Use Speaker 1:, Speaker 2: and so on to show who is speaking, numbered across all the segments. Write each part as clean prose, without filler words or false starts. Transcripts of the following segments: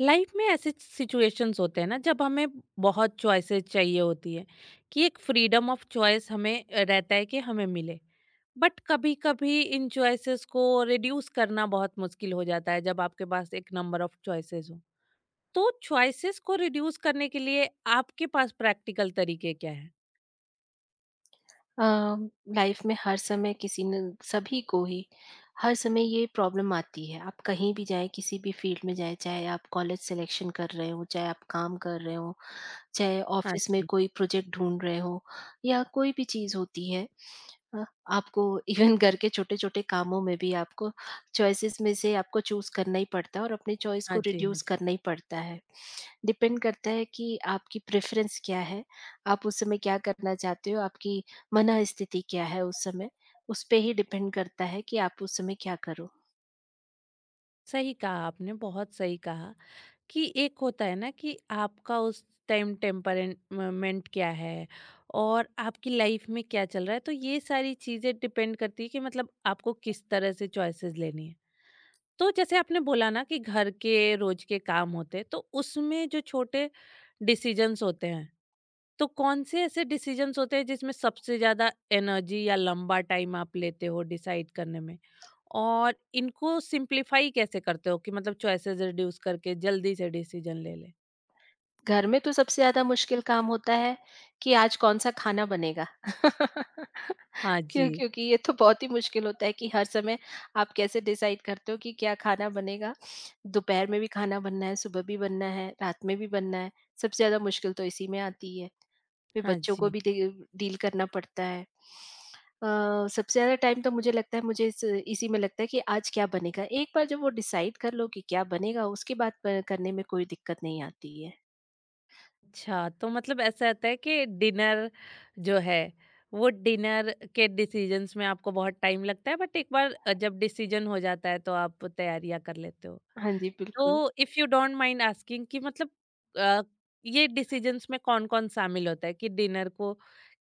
Speaker 1: Life में ऐसे situations होते हैं ना जब हमें बहुत चॉइसेस चाहिए होती है कि एक फ्रीडम ऑफ चॉइस हमें रहता है कि हमें मिले। बट कभी कभी इन चॉइसेस को रिड्यूस करना बहुत मुश्किल हो जाता है जब आपके पास एक नंबर ऑफ चॉइसेस हो। तो चॉइसेस को रिड्यूस करने के लिए आपके पास प्रैक्टिकल तरीके क्या है।
Speaker 2: लाइफ में हर समय किसी ने सभी को ही हर समय ये प्रॉब्लम आती है। आप कहीं भी जाएं, किसी भी फील्ड में जाएं, चाहे आप कॉलेज सिलेक्शन कर रहे हो, चाहे आप काम कर रहे हो, चाहे
Speaker 1: हाँ
Speaker 2: ऑफिस में
Speaker 1: जी।
Speaker 2: कोई प्रोजेक्ट ढूंढ रहे हो या कोई भी चीज़ होती है। अ, आपको इवन घर के छोटे छोटे कामों में भी आपको चॉइसेस में से आपको चूज करना ही पड़ता है और अपनी चॉइस
Speaker 1: हाँ
Speaker 2: को
Speaker 1: जी। हाँ
Speaker 2: रिड्यूस
Speaker 1: जी।
Speaker 2: करना ही पड़ता है। डिपेंड करता है कि आपकी प्रेफरेंस क्या है, आप उस समय क्या करना चाहते हो, आपकी मनःस्थिति क्या है उस समय, उस पे ही डिपेंड करता है कि आप उस समय क्या करो।
Speaker 1: सही कहा आपने, बहुत सही कहा कि एक होता है ना कि आपका उस टाइम टेम्परमेंट क्या है और आपकी लाइफ में क्या चल रहा है, तो ये सारी चीज़ें डिपेंड करती है कि मतलब आपको किस तरह से चॉइसेस लेनी है। तो जैसे आपने बोला ना कि घर के रोज के काम होते हैं, तो उसमें जो छोटे डिसीजंस होते हैं, तो कौन से ऐसे डिसीजंस होते हैं जिसमें सबसे ज्यादा एनर्जी या लंबा टाइम आप लेते हो डिसाइड करने में, और इनको सिंप्लीफाई कैसे करते हो कि मतलब चॉइसेस रिड्यूस करके जल्दी से डिसीजन ले ले।
Speaker 2: घर में तो सबसे ज़्यादा मुश्किल काम होता है कि आज कौन-सा खाना बनेगा।
Speaker 1: हाँ
Speaker 2: क्यों?
Speaker 1: जी।
Speaker 2: क्योंकि ये तो बहुत ही मुश्किल होता है कि हर समय आप कैसे डिसाइड करते हो कि क्या खाना बनेगा। दोपहर में भी खाना बनना है, सुबह भी बनना है, रात में भी बनना है। सबसे ज़्यादा मुश्किल तो इसी में आती है। फिर
Speaker 1: हाँ
Speaker 2: बच्चों को
Speaker 1: जी।
Speaker 2: भी डील डील करना पड़ता है। सबसे ज़्यादा टाइम तो मुझे लगता है मुझे इस इसी में लगता है कि आज क्या बनेगा? एक बार जब वो डिसाइड कर लो कि क्या बनेगा, उसके बाद प करने में कोई दिक्कत नहीं आती है।
Speaker 1: अच्छा, तो मतलब ऐसा रहता है कि डिनर जो है, वो डिनर के डिसीजंस में आपको बहुत टाइम लगता है, बट एक बार जब डिसीजन हो जाता है तो आप तैयारियां कर लेते हो।
Speaker 2: हाँ जी, बिल्कुल।
Speaker 1: तो if you don't mind asking कि मतलब अ, ये डिसीजंस में कौन-कौन शामिल होता है कि डिनर को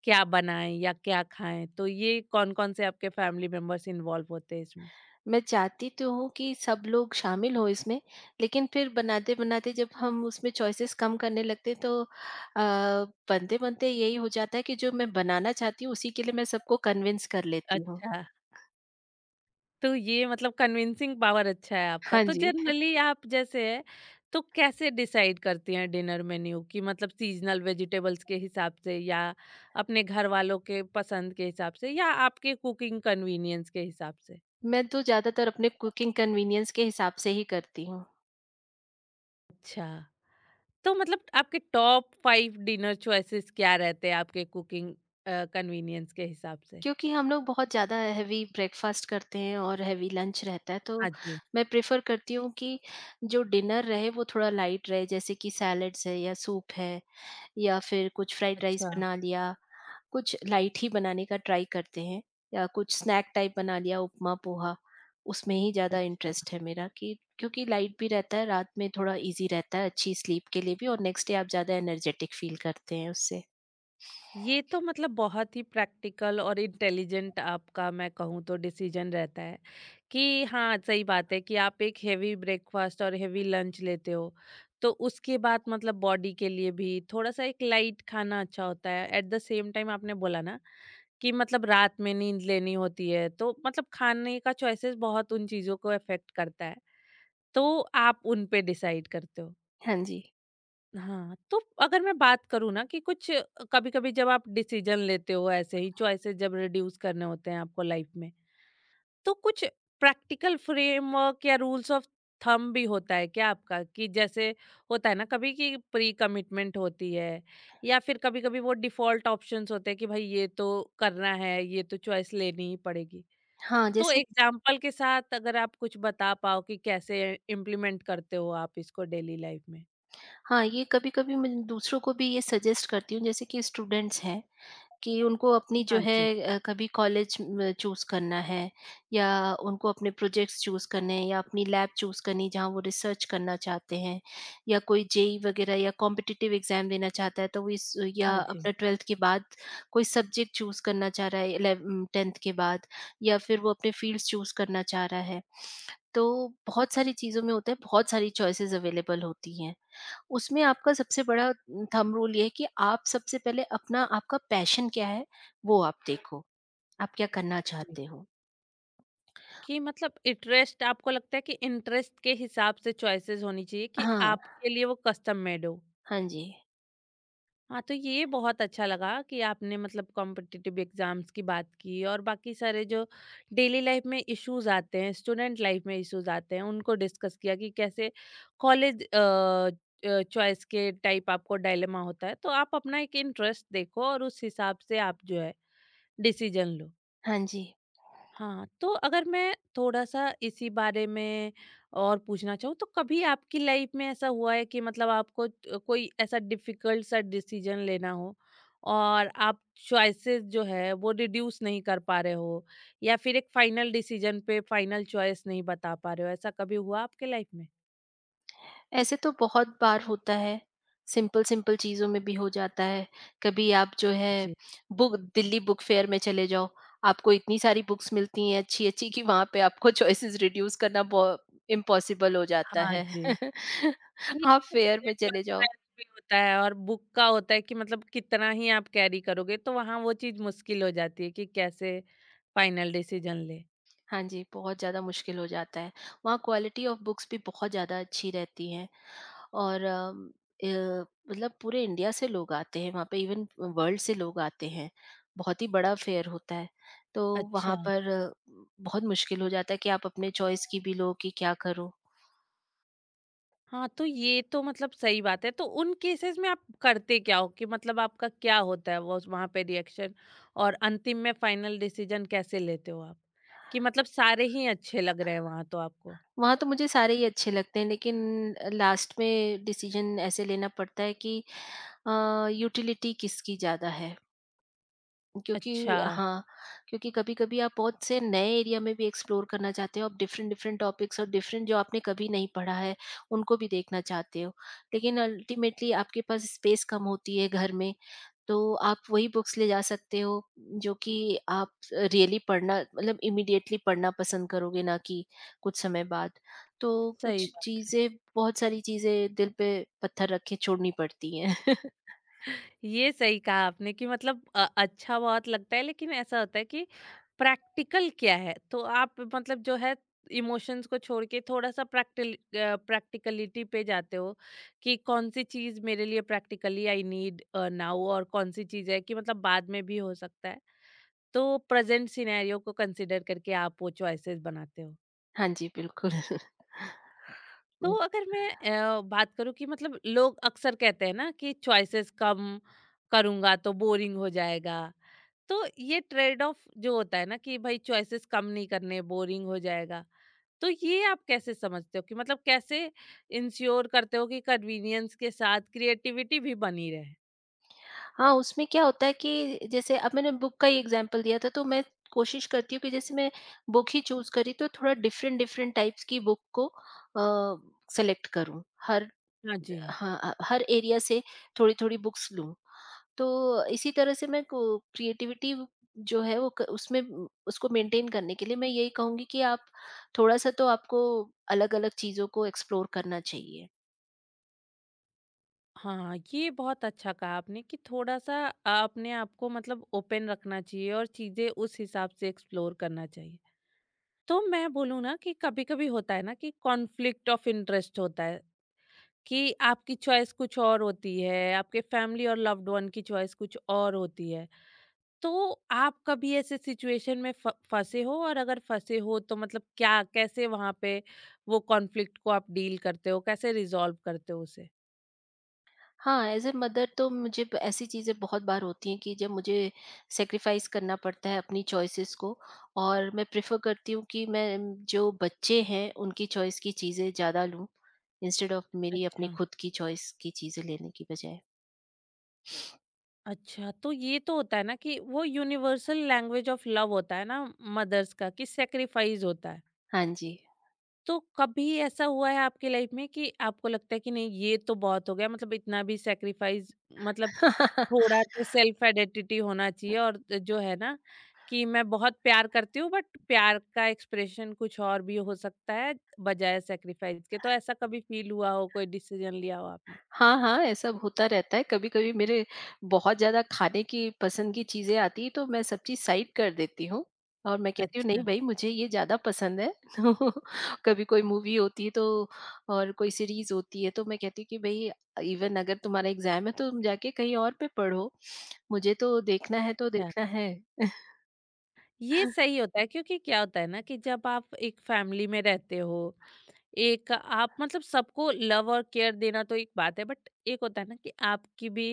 Speaker 1: क्या बनाएँ या क्या खाएँ? तो ये कौन-कौन से आपके फैमिली मेंबर्स इन्वॉल्व होते हैं इसमें?
Speaker 2: मैं चाहती तो हूँ कि सब लोग शामिल हों इसमें, लेकिन फिर बनाते-बनाते जब हम उसमें चॉइसेस कम करने लगते हैं तो बनते-बनते यही हो जाता है कि जो मैं बनाना चाहती हूँ उसी के लिए मैं सबको कन्विंस कर लेती हूँ।
Speaker 1: अच्छा, तो ये मतलब कन्विंसिंग पावर अच्छा है आपका।
Speaker 2: हाँ
Speaker 1: तो
Speaker 2: जी।
Speaker 1: जनरली आप, जैसे है, तो कैसे डिसाइड करती हैं डिनर मेन्यू कि मतलब सीज़नल वेजिटेबल्स के हिसाब से या अपने घरवालों के पसंद के हिसाब से या आपके कुकिंग कन्वीनियंस के हिसाब से?
Speaker 2: मैं तो ज़्यादातर अपने कुकिंग कन्वीनियंस के हिसाब से ही करती हूँ,
Speaker 1: अच्छा। तो मतलब आपके टॉप 5 डिनर चॉइसेस क्या रहते हैं आपके कुकिंग कन्वीनियंस के हिसाब से?
Speaker 2: क्योंकि हम लोग बहुत ज़्यादा हेवी ब्रेकफ़ास्ट करते हैं और हेवी लंच रहता है, तो
Speaker 1: हाँ जी।
Speaker 2: मैं प्रेफ़र करती हूँ कि जो डिनर रहे वो थोड़ा लाइट रहे, जैसे कि सैलड्स है या सूप है या फिर कुछ फ्राइड राइस
Speaker 1: अच्छा।
Speaker 2: बना लिया, कुछ लाइट ही बनाने का ट्राई करते हैं या कुछ स्नैक टाइप बना लिया, उपमा, पोहा। उसमें ही ज़्यादा
Speaker 1: अच्छा।
Speaker 2: इंटरेस्ट है मेरा कि क्योंकि लाइट भी रहता है, रात में थोड़ा ईज़ी रहता है अच्छी स्लीप के लिए भी और नेक्स्ट डे आप ज़्यादा एनर्जेटिक फ़ील करते हैं उससे।
Speaker 1: ये तो मतलब बहुत ही प्रैक्टिकल और इंटेलिजेंट, आपका मैं कहूँ तो डिसीजन रहता है कि हाँ, सही बात है कि आप एक हेवी ब्रेकफ़ास्ट और हेवी लंच लेते हो, तो उसके बाद मतलब बॉडी के लिए भी थोड़ा-सा एक लाइट खाना अच्छा होता है। एट द सेम टाइम आपने बोला ना कि मतलब रात में नींद लेनी होती है तो मतलब खाने का चॉइसेस बहुत उन चीजों को अफेक्ट करता है, तो आप उन पे डिसाइड करते हो।
Speaker 2: हाँ जी।
Speaker 1: हाँ, तो अगर मैं बात करूँ ना कि कुछ कभी कभी जब आप डिसीजन लेते हो, ऐसे ही चॉइसेस जब रिड्यूस करने होते हैं आपको लाइफ में, तो कुछ प्रैक्टिकल फ्रेमवर्क या रूल्स ऑफ थंब भी होता है क्या आपका? कि जैसे होता है ना कभी कि प्री कमिटमेंट होती है, या फिर कभी कभी वो डिफॉल्ट ऑप्शंस होते हैं कि भाई ये तो करना है, ये तो चॉइस लेनी ही पड़ेगी।
Speaker 2: हाँ,
Speaker 1: तो
Speaker 2: जैसे
Speaker 1: एग्जाम्पल के साथ अगर आप कुछ बता पाओ कि कैसे इम्प्लीमेंट करते हो आप इसको डेली लाइफ में?
Speaker 2: हाँ, ये कभी-कभी मैं दूसरों को भी ये सजेस्ट करती हूँ, जैसे कि स्टूडेंट्स हैं, कि उनको अपनी जो
Speaker 1: हाँ
Speaker 2: है
Speaker 1: जी।
Speaker 2: कभी कॉलेज म चूज़ करना है या उनको अपने प्रोजेक्ट्स चूज़ करने हैं या अपनी लैब चूज़ करनी है, जहाँ वो रिसर्च करना चाहते हैं, या कोई जेईई वगैरह या कॉम्पिटिटिव एग्ज़ाम देना चाहता है, तो वो इस या
Speaker 1: हाँ जी।
Speaker 2: अपना 12th के बाद कोई सब्जेक्ट चूज़ करना चाह रहा है, 10th के बाद या फिर वो अपने फ़ील्ड्स चूज़ करना चाह रहा है। तो बहुत सारी चीज़ों में होता है, बहुत सारी चॉइसेस अवेलेबल होती हैं। उसमें आपका सबसे बड़ा थंब रूल ये है कि आप सबसे पहले अपना, आपका पैशन क्या है, वो आप देखो। आप क्या करना
Speaker 1: जी।
Speaker 2: चाहते हो?
Speaker 1: कि मतलब इंटरेस्ट, आपको लगता है कि इंटरेस्ट के हिसाब से चॉइसेस होनी चाहिए कि
Speaker 2: हाँ,
Speaker 1: आपके लिए वो कस्टम मेड हो?
Speaker 2: हाँ जी,
Speaker 1: हाँ, तो ये बहुत अच्छा लगा कि आपने मतलब कॉम्पिटिटिव एग्जाम्स की बात की और बाकी सारे जो डेली लाइफ में इश्यूज आते हैं, स्टूडेंट लाइफ में इश्यूज आते हैं, उनको डिस्कस किया कि कैसे कॉलेज चॉइस के टाइप आपको डायलेमा होता है, तो आप अपना एक इंटरेस्ट देखो और उस हिसाब से आप जो है डिसीजन लो।
Speaker 2: हाँ जी।
Speaker 1: हाँ, तो अगर मैं थोड़ा-सा इसी बारे में और पूछना चाहूँ, तो कभी आपकी लाइफ में ऐसा हुआ है कि मतलब आपको कोई ऐसा डिफ़िकल्ट सा डिसीज़न लेना हो और आप चॉइसेस जो है वो रिड्यूस नहीं कर पा रहे हो, या फिर एक फाइनल डिसीज़न पे फाइनल चॉइस नहीं बता पा रहे हो, ऐसा कभी हुआ आपके लाइफ में?
Speaker 2: ऐसे तो बहुत बार होता है, सिंपल-सिंपल चीज़ों में भी हो जाता है। कभी आप जो है
Speaker 1: जी।
Speaker 2: बुक दिल्ली बुक फेयर में चले जाओ, आपको इतनी सारी बुक्स मिलती हैं अच्छी-अच्छी कि वहाँ पे आपको चॉइसेस रिड्यूस करना बो इम्पॉसिबल हो जाता
Speaker 1: हाँ
Speaker 2: है।
Speaker 1: जी।
Speaker 2: आप फेयर
Speaker 1: ये
Speaker 2: में चले जाओ।
Speaker 1: कॉन्फ्रेंस भी होता है और बुक का होता है कि मतलब कितना ही आप कैरी करोगे, तो वहाँ वो चीज़ मुश्किल हो जाती है कि कैसे फाइनल डिसीजन ले।
Speaker 2: हाँ जी, बहुत ज़्यादा मुश्किल हो जाता है। वहाँ क्वालिटी ऑफ बुक्स भी बहुत ज़्यादा अच्छी रहती हैं और अ, मतलब पूरे इंडिया से लोग आते हैं वहाँ पे, इवन वर्ल्ड से लोग आते हैं। बहुत ही बड़ा फेयर होता है। तो
Speaker 1: अच्छा,
Speaker 2: वहाँ पर बहुत मुश्किल हो जाता है कि आप अपने चॉइस की भी लो कि क्या करो।
Speaker 1: हाँ, तो ये तो मतलब सही बात है। तो उन केसेस में आप करते क्या हो कि मतलब आपका क्या होता है वो वहाँ पे रिएक्शन, और अंतिम में फाइनल डिसीजन कैसे लेते हो आप? कि मतलब सारे ही अच्छे लग रहे हैं वहाँ तो आपको?
Speaker 2: वहाँ तो मुझे सारे ही अच्छे लगते हैं, लेकिन लास्ट में डिसीज़न ऐसे लेना पड़ता है कि अ, यूटिलिटी किसकी ज़्यादा है। क्योंकि
Speaker 1: अच्छा,
Speaker 2: हाँ, क्योंकि कभी-कभी आप बहुत से नए एरिया में भी एक्सप्लोर करना चाहते हो, आप डिफरेंट-डिफरेंट टॉपिक्स और डिफरेंट जो आपने कभी नहीं पढ़ा है, उनको भी देखना चाहते हो। लेकिन अल्टीमेटली आपके पास स्पेस कम होती है घर में, तो आप वही बुक्स ले जा सकते हो जो कि आप रियली पढ़ना मतलब इमीडिएटली पढ़ना पसंद करोगे, ना कि कुछ समय बाद। तो
Speaker 1: सही
Speaker 2: कुछ
Speaker 1: बात है।
Speaker 2: चीज़ें बहुत सारी चीज़ें दिल पे पत्थर रख के छोड़नी पड़ती हैं।
Speaker 1: ये सही कहा आपने कि मतलब अच्छा बहुत लगता है लेकिन ऐसा होता है कि प्रैक्टिकल क्या है, तो आप मतलब जो है इमोशंस को छोड़ के थोड़ा सा प्रैक्टिल प्रैक्टिकलिटी पे जाते हो कि कौन सी चीज मेरे लिए प्रैक्टिकली आई नीड नाउ और कौन सी चीज है कि मतलब बाद में भी हो सकता है, तो प्रेजेंट सिनेरियो को कंसिडर करके आप वो चॉइसेस बनाते हो।
Speaker 2: हाँ जी, बिल्कुल।
Speaker 1: तो
Speaker 2: हुँ।
Speaker 1: अगर मैं बात करूँ कि मतलब लोग अक्सर कहते हैं ना कि चॉइसेस कम करूंगा तो बोरिंग हो जाएगा, तो ये ट्रेड ऑफ जो होता है ना कि भाई चॉइसेस कम नहीं करने, बोरिंग हो जाएगा, तो ये आप कैसे समझते हो कि मतलब कैसे इंश्योर करते हो कि कन्वीनियंस के साथ क्रिएटिविटी भी बनी रहे।
Speaker 2: हाँ, उसमें क्या होता है कि जैसे अब मैंने बुक का ही एग्ज़ाम्पल दिया था, तो मैं कोशिश करती हूँ कि जैसे मैं बुक ही चूज़ करी तो थोड़ा डिफ़रेंट डिफ़रेंट टाइप्स की बुक को सेलेक्ट करूँ। हर
Speaker 1: हाँ जी।
Speaker 2: हाँ, हर एरिया से थोड़ी-थोड़ी बुक्स लूँ। तो इसी तरह से मैं को क्रिएटिविटी जो है वो क उसमें उ उसको मेंटेन करने के लिए मैं यही कहूँगी कि आप थोड़ा-सा, तो आपको अलग-अलग चीज़ों को एक्सप्लोर करना चाहिए।
Speaker 1: हाँ, ये बहुत अच्छा कहा आपने कि थोड़ा सा अपने आप को मतलब ओपन रखना चाहिए और चीजें उस हिसाब से एक्सप्लोर करना चाहिए। तो मैं बोलूँ ना कि कभी कभी होता है ना कि कॉन्फ्लिक्ट ऑफ इंटरेस्ट होता है कि आपकी चॉइस कुछ और होती है, आपके फैमिली और लव्ड वन की चॉइस कुछ और होती है। तो आप कभी ऐसे सिचुएशन में फ फँसे हो, और अगर फँसे हो तो मतलब क्या, कैसे वहाँ पे वो कॉन्फ्लिक्ट को आप डील करते हो? कैसे रिज़ॉल्व करते हो उसे?
Speaker 2: हाँ, एज़ अ मदर तो मुझे ब ऐसी चीज़ें बहुत बार होती हैं कि जब मुझे सैक्रिफ़ाइस करना पड़ता है अपनी चॉइसेस को, और मैं प्रेफ़र करती हूँ कि जो बच्चे हैं, उनकी चॉइस की चीज़ें ज़्यादा लूँ, इंस्टेड ऑफ़ मेरी अपनी
Speaker 1: अच्छा।
Speaker 2: खुद की चॉइस की चीज़ें लेने की बजाय।
Speaker 1: अच्छा, तो ये तो होता है ना कि वो यूनिवर्सल लैंग्वेज ऑफ लव होता है ना मदर्स का कि सैक्रिफाइस होता है।
Speaker 2: हाँ जी।
Speaker 1: तो कभी ऐसा हुआ है आपकी लाइफ में कि आपको लगता है कि नहीं, ये तो बहुत हो गया, मतलब इतना भी सैक्रिफाइस, मतलब थोड़ा तो सेल्फ आइडेंटिटी होना चाहिए। और जो है ना कि मैं बहुत प्यार करती हूँ बट प्यार का एक्सप्रेशन कुछ और भी हो सकता है बजाय सैक्रिफाइस के, तो ऐसा कभी फील हुआ हो, कोई डिसीजन लिया हो आपने?
Speaker 2: हाँ, ऐसा होता रहता है। कभी-कभी मेरे बहुत ज़्यादा खाने की पसंद की चीज़ें आती हैं, तो मैं सब चीज़ साइड कर देती हूँ और मैं कहती हूँ, "नहीं
Speaker 1: अच्छा।
Speaker 2: भई, मुझे ये ज़्यादा पसंद है।" तो कभी कोई मूवी होती है तो और कोई सीरीज़ होती है, तो मैं कहती हूँ कि भई, इवन अगर तुम्हारा एग्ज़ाम है, तो तुम जाके कहीं और पे पढ़ो। मुझे तो देखना है, तो
Speaker 1: अच्छा,
Speaker 2: देखना है।
Speaker 1: ये सही होता है क्योंकि क्या होता है ना कि जब आप एक फैमिली में रहते हो, एक आप मतलब सबको लव और केयर देना तो एक बात है, बट एक होता है ना कि आपकी भी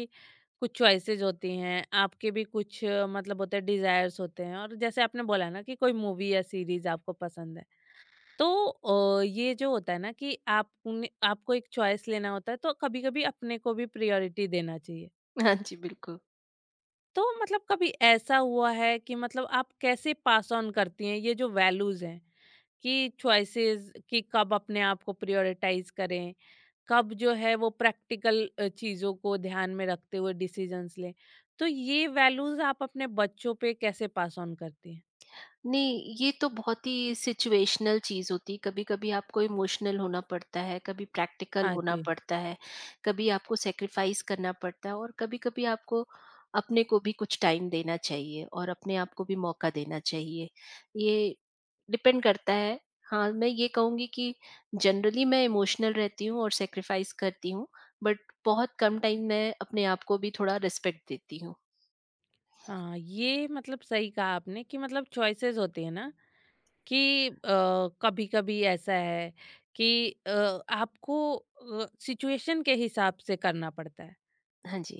Speaker 1: कुछ चॉइसेस होती हैं, आपके भी कुछ मतलब होते हैं, डिजायर्स होते हैं, और जैसे आपने बोला ना कि कोई मूवी या सीरीज आपको पसंद है, तो ये जो होता है ना कि आप आपको एक चॉइस लेना होता है, तो कभी कभी अपने को भी प्रायोरिटी देना चाहिए।
Speaker 2: हाँ जी, बिल्कुल।
Speaker 1: तो मतलब कभी ऐसा हुआ है कि मतलब आप कैसे पास ऑन करती हैं ये जो वैल्यूज हैं कि चॉइसेस कि कब अपने आप को प्रायोरिटाइज करें, कब जो है वो प्रैक्टिकल चीज़ों को ध्यान में रखते हुए डिसीजंस लें? तो ये वैल्यूज आप अपने बच्चों पे कैसे पास ऑन करती हैं?
Speaker 2: नहीं, ये तो बहुत ही सिचुएशनल चीज़ होती है। कभी-कभी आपको इमोशनल होना पड़ता है, कभी प्रैक्टिकल
Speaker 1: हाँ
Speaker 2: होना
Speaker 1: जी।
Speaker 2: पड़ता है, कभी आपको सैक्रिफाइस करना पड़ता है और कभी-कभी आपको अपने को भी कुछ टाइम देना चाहिए और अपने आप को भी मौका देना चाहिए। ये डिपेंड करता है। हाँ, मैं ये कहूँगी कि जनरली मैं इमोशनल रहती हूँ और सैक्रिफाइस करती हूँ, बट बहुत कम टाइम मैं अपने आप को भी थोड़ा रिस्पेक्ट देती हूँ।
Speaker 1: हाँ, ये मतलब सही कहा आपने कि मतलब चॉइसेस होती है ना कि कभी कभी ऐसा है कि आपको सिचुएशन के हिसाब से करना पड़ता है।
Speaker 2: हाँ जी।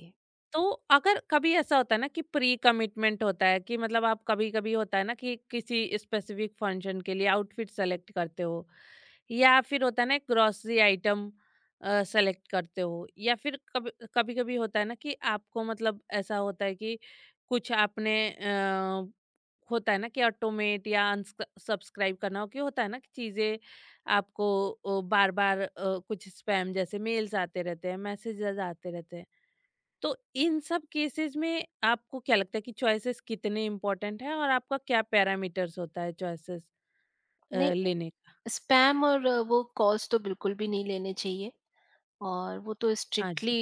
Speaker 1: तो अगर कभी ऐसा होता है ना कि प्री कमिटमेंट होता है कि मतलब आप, कभी कभी होता है ना कि किसी स्पेसिफिक फंक्शन के लिए आउटफिट सेलेक्ट करते हो, या फिर होता है ना ग्रोसरी आइटम सेलेक्ट करते हो, या फिर कभी कभी कभी होता है ना कि आपको मतलब ऐसा होता है कि कुछ आपने होता है ना कि ऑटोमेट या सब्सक्राइब करना हो, कि होता है ना कि चीज़ें आपको बार बार कुछ स्पैम जैसे मेल्स आते रहते हैं, मैसेजेस आते रहते हैं, तो इन सब केसेस में आपको क्या लगता है कि चॉइसेस कितने इम्पोर्टेंट हैं और आपका क्या पैरामीटर्स होता है चॉइसेस
Speaker 2: नहीं,
Speaker 1: लेने का?
Speaker 2: स्पैम और वो कॉल्स तो बिल्कुल भी नहीं लेने चाहिए और वो तो
Speaker 1: हाँ जी।
Speaker 2: स्ट्रिक्टली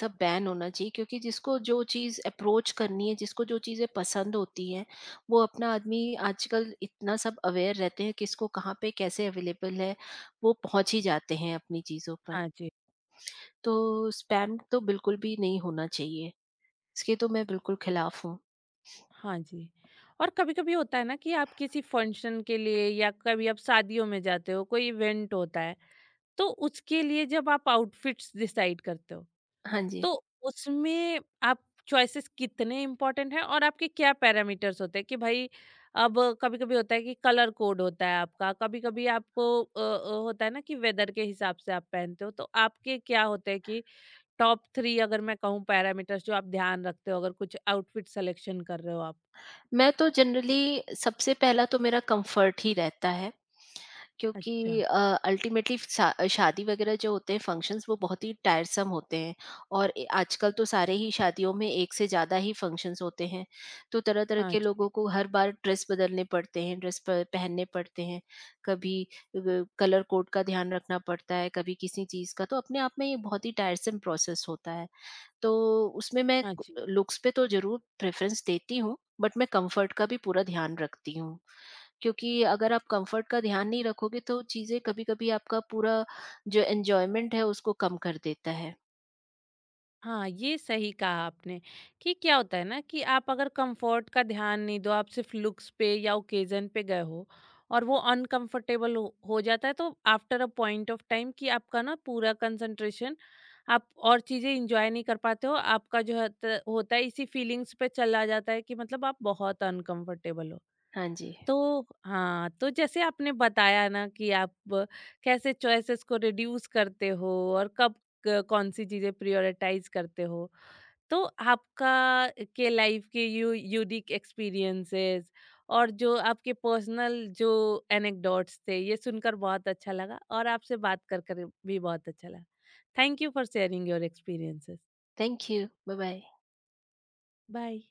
Speaker 2: सब बैन होना चाहिए, क्योंकि जिसको जो चीज़ अप्रोच करनी है, जिसको जो चीज़ें पसंद होती हैं, वो अपना आदमी आजकल इतना सब अवेयर रहते हैं किसको कहाँ पे कैसे अवेलेबल है, वो पहुँच ही जाते हैं अपनी चीज़ों पर।
Speaker 1: हाँ जी।
Speaker 2: तो स्पैम तो बिल्कुल भी नहीं होना चाहिए, इसके तो मैं बिल्कुल खिलाफ हूँ।
Speaker 1: हाँ जी। और कभी-कभी होता है ना कि आप किसी फंक्शन के लिए या कभी आप शादियों में जाते हो, कोई इवेंट होता है, तो उसके लिए जब आप आउटफिट्स डिसाइड करते हो,
Speaker 2: हाँ जी।
Speaker 1: तो उसमें आप चॉइसेस कितने इम्पोर्टेंट हैं और आपके क्या पैरामीटर्स होते हैं कि भाई अब कभी कभी होता है कि कलर कोड होता है आपका, कभी कभी आपको होता है ना कि वेदर के हिसाब से आप पहनते हो, तो आपके क्या होते हैं कि टॉप थ्री, अगर मैं कहूँ, पैरामीटर्स जो आप ध्यान रखते हो अगर कुछ आउटफिट सिलेक्शन कर रहे हो आप?
Speaker 2: मैं तो जनरली सबसे पहला तो मेरा कम्फर्ट ही रहता है।
Speaker 1: अच्छा।
Speaker 2: क्योंकि अल्टीमेटली शादी वगैरह जो होते हैं फंक्शंस वो बहुत ही टायरसम होते हैं और आजकल तो सारे ही शादियों में एक से ज़्यादा ही फंक्शंस होते हैं, तो तरह तरह
Speaker 1: हाँ
Speaker 2: के
Speaker 1: जी।
Speaker 2: लोगों को हर बार ड्रेस बदलने पड़ते हैं, ड्रेस पहनने पड़ते हैं, कभी कलर कोड का ध्यान रखना पड़ता है, कभी किसी चीज़ का, तो अपने आप में ये बहुत ही टायरसम प्रोसेस होता है। तो उसमें मैं
Speaker 1: हाँ जी।
Speaker 2: लुक्स पे तो ज़रूर प्रेफरेंस देती हूँ, बट मैं कंफर्ट का भी पूरा ध्यान रखती हूँ, क्योंकि अगर आप कंफर्ट का ध्यान नहीं रखोगे तो चीज़ें कभी-कभी आपका पूरा जो एन्जॉयमेंट है उसको कम कर देता है।
Speaker 1: हाँ, ये सही कहा आपने कि क्या होता है ना कि आप अगर कंफर्ट का ध्यान नहीं दो, आप सिर्फ लुक्स पे या ओकेजन पे गए हो और वो अनकंफर्टेबल हो जाता है, तो after uh point of time कि आपका ना पूरा कंसंट्रेशन, आप और चीज़ें एंजॉय नहीं कर पाते हो, आपका जो है त होता है इसी फीलिंग्स पे चला जाता है कि मतलब आप बहुत अनकंफर्टेबल हो।
Speaker 2: हाँ जी।
Speaker 1: तो हाँ, तो जैसे आपने बताया ना कि आप कैसे चॉइसेस को रिड्यूस करते हो और कब क कौन-सी चीज़ें प्रायोरिटाइज़ करते हो। तो आपका के लाइफ के यू यूनिक एक्सपीरियंसेस और जो आपके पर्सनल जो एनेक्डोट्स थे, ये सुनकर बहुत अच्छा लगा, और आपसे बात कर कर भी बहुत अच्छा लगा। Thank you for sharing your experiences.
Speaker 2: Thank you. Bye bye.
Speaker 1: Bye.